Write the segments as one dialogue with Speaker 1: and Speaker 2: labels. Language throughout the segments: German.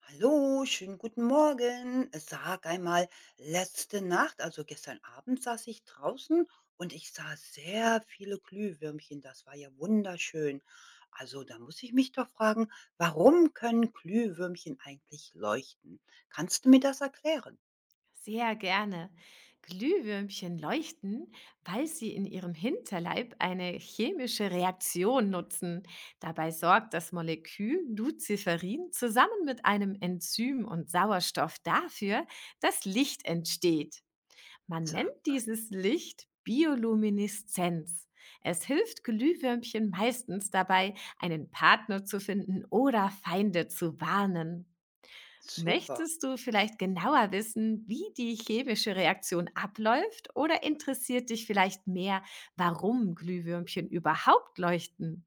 Speaker 1: Hallo, schönen guten Morgen. Sag einmal, letzte Nacht, also gestern Abend, saß ich draußen und ich sah sehr viele Glühwürmchen. Das war ja wunderschön. Also da muss ich mich doch fragen, warum können Glühwürmchen eigentlich leuchten? Kannst du mir das erklären?
Speaker 2: Sehr gerne. Glühwürmchen leuchten, weil sie in ihrem Hinterleib eine chemische Reaktion nutzen. Dabei sorgt das Molekül Luciferin zusammen mit einem Enzym und Sauerstoff dafür, dass Licht entsteht. Man
Speaker 1: Sag
Speaker 2: nennt
Speaker 1: mal,
Speaker 2: dieses Licht Biolumineszenz. Es hilft Glühwürmchen meistens dabei, einen Partner zu finden oder Feinde zu warnen.
Speaker 1: super.
Speaker 2: Möchtest du vielleicht genauer wissen, wie die chemische Reaktion abläuft oder interessiert dich vielleicht mehr, warum Glühwürmchen überhaupt leuchten?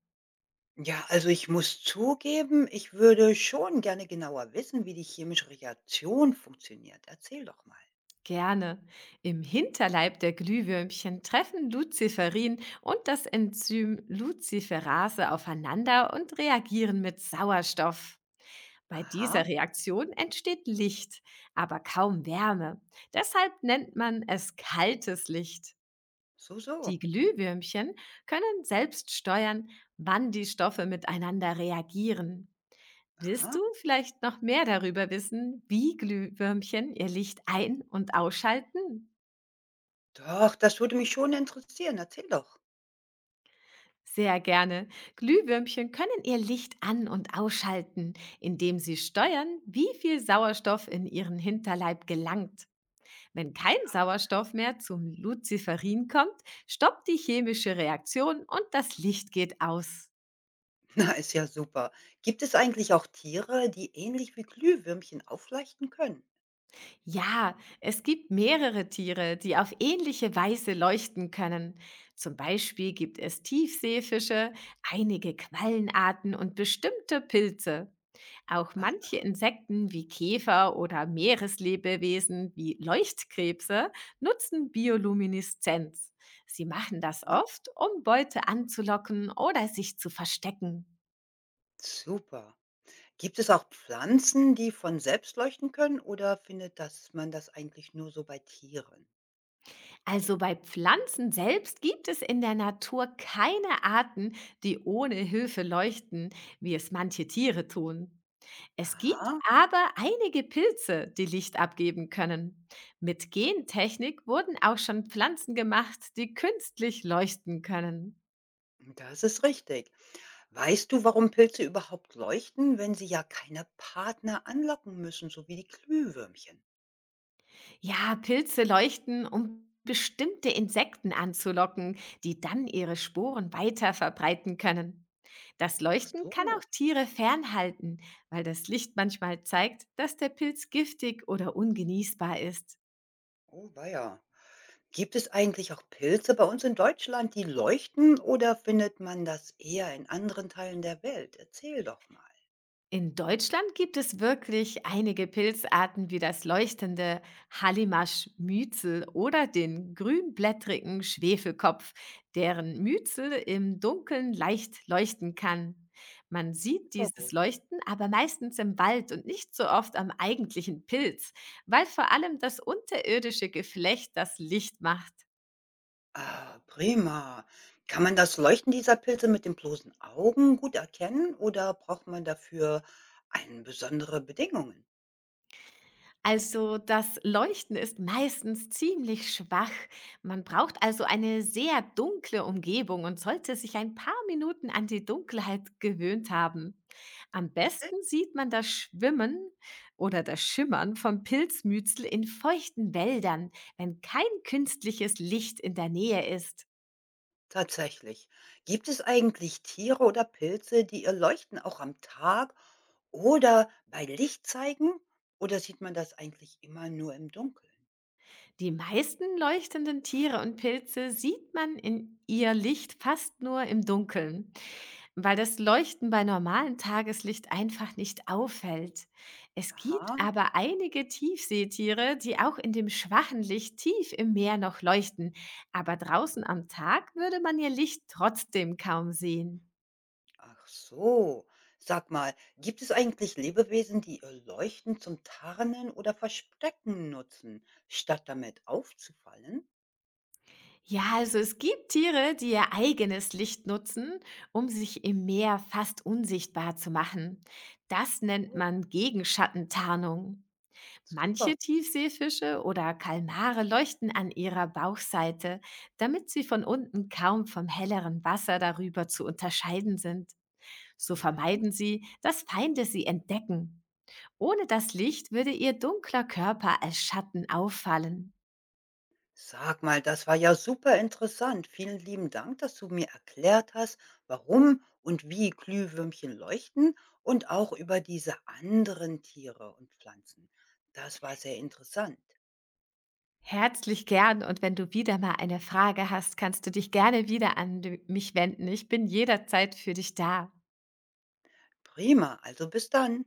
Speaker 1: Ja, also ich muss zugeben, ich würde schon gerne genauer wissen, wie die chemische Reaktion funktioniert. Erzähl doch mal.
Speaker 2: Gerne. Im Hinterleib der Glühwürmchen treffen Luciferin und das Enzym Luciferase aufeinander und reagieren mit Sauerstoff. Bei dieser
Speaker 1: Aha,
Speaker 2: Reaktion entsteht Licht, aber kaum Wärme. Deshalb nennt man es kaltes Licht.
Speaker 1: so, so.
Speaker 2: Die Glühwürmchen können selbst steuern, wann die Stoffe miteinander reagieren. Willst
Speaker 1: Aha.
Speaker 2: du vielleicht noch mehr darüber wissen, wie Glühwürmchen ihr Licht ein- und ausschalten?
Speaker 1: Doch, das würde mich schon interessieren. Erzähl doch.
Speaker 2: Sehr gerne. Glühwürmchen können ihr Licht an- und ausschalten, indem sie steuern, wie viel Sauerstoff in ihren Hinterleib gelangt. Wenn kein
Speaker 1: Sa
Speaker 2: Sauerstoff mehr zum Luciferin kommt, stoppt die chemische Reaktion und das Licht geht aus.
Speaker 1: na, ist ja super. Gibt es eigentlich auch Tiere, die ähnlich wie Glühwürmchen aufleuchten können?
Speaker 2: Ja, es gibt mehrere Tiere, die auf ähnliche Weise leuchten können. Zum Beispiel gibt es Tiefseefische, einige Quallenarten und bestimmte Pilze. Auch manche Insekten wie Käfer oder Meereslebewesen wie Leuchtkrebse nutzen Biolumineszenz. Sie machen das
Speaker 1: Aha,
Speaker 2: oft, um Beute anzulocken oder sich zu verstecken.
Speaker 1: super. Gibt es auch Pflanzen, die von selbst leuchten können oder findet das man das eigentlich nur so bei Tieren?
Speaker 2: Also bei Pflanzen selbst gibt es in der Natur keine Arten, die ohne Hilfe leuchten, wie es manche Tiere tun. Es gibt
Speaker 1: Aha,
Speaker 2: aber einige Pilze, die Licht abgeben können. Mit Gentechnik wurden auch schon Pflanzen gemacht, die künstlich leuchten können.
Speaker 1: das ist richtig. Weißt du, warum Pilze überhaupt leuchten, wenn sie ja keine Partner anlocken müssen, so wie die Glühwürmchen?
Speaker 2: Ja, Pilze leuchten, um bestimmte Insekten anzulocken, die dann ihre Sporen weiter verbreiten können. Das
Speaker 1: Ach
Speaker 2: Leuchten kann auch
Speaker 1: so,
Speaker 2: Tiere fernhalten, weil das Licht manchmal zeigt, dass der Pilz giftig oder ungenießbar ist.
Speaker 1: oh weia. Gibt es eigentlich auch Pilze bei uns in Deutschland, die leuchten oder findet man das eher in anderen Teilen der Welt? Erzähl doch mal.
Speaker 2: In Deutschland gibt es wirklich einige Pilzarten wie das leuchtende Hallimasch-Mützel oder den grünblättrigen Schwefelkopf, deren Mützel im Dunkeln leicht leuchten kann. Man sieht
Speaker 1: Super
Speaker 2: dieses
Speaker 1: gut.
Speaker 2: Leuchten aber meistens im Wald und nicht so oft am eigentlichen Pilz, weil vor allem das unterirdische Geflecht das Licht macht.
Speaker 1: Ah, prima. Kann man das Leuchten dieser Pilze mit den bloßen Augen gut erkennen oder braucht man dafür ein besondere Bedingungen?
Speaker 2: Also das Leuchten ist meistens ziemlich schwach. Man braucht also eine sehr dunkle Umgebung und sollte sich ein paar Minuten an die Dunkelheit gewöhnt haben. Am
Speaker 1: Richtig?
Speaker 2: besten sieht man das Schwimmen oder das Schimmern vom Pilzmützel in feuchten Wäldern, wenn kein künstliches Licht in der Nähe ist.
Speaker 1: Tatsächlich. Gibt es eigentlich Tiere oder Pilze, die ihr Leuchten auch am Tag oder bei Licht zeigen? Oder sieht man das eigentlich immer nur im Dunkeln?
Speaker 2: Die meisten leuchtenden Tiere und Pilze sieht man in ihr Licht fast nur im Dunkeln. Weil das Leuchten bei normalem Tageslicht einfach nicht auffällt. Es gibt
Speaker 1: Aha.
Speaker 2: aber einige Tiefseetiere, die auch in dem schwachen Licht tief im Meer noch leuchten, aber draußen am Tag würde man ihr Licht trotzdem kaum sehen.
Speaker 1: Ach so. Sag mal, gibt es eigentlich Lebewesen, die ihr Leuchten zum Tarnen oder Verstecken nutzen, statt damit aufzufallen?
Speaker 2: Ja, also es gibt Tiere, die ihr eigenes Licht nutzen, um sich im Meer fast unsichtbar zu machen. Das nennt
Speaker 1: Oh.
Speaker 2: man Gegenschattentarnung. Manche
Speaker 1: Super.
Speaker 2: Tiefseefische oder Kalmare leuchten an ihrer Bauchseite, damit sie von unten kaum vom helleren Wasser darüber zu unterscheiden sind. So
Speaker 1: Ja.
Speaker 2: vermeiden sie, dass Feinde sie entdecken. Ohne das Licht würde ihr dunkler Körper als Schatten auffallen.
Speaker 1: Sag mal, das war ja super interessant. Vielen lieben Dank, dass du mir erklärt hast, warum und wie Glühwürmchen leuchten und auch über diese anderen Tiere und Pflanzen. Das war sehr interessant.
Speaker 2: Herzlich gern und wenn du wieder mal eine Frage hast, kannst du dich gerne wieder an mich wenden. Ich bin jederzeit für dich da.
Speaker 1: Prima, also bis dann.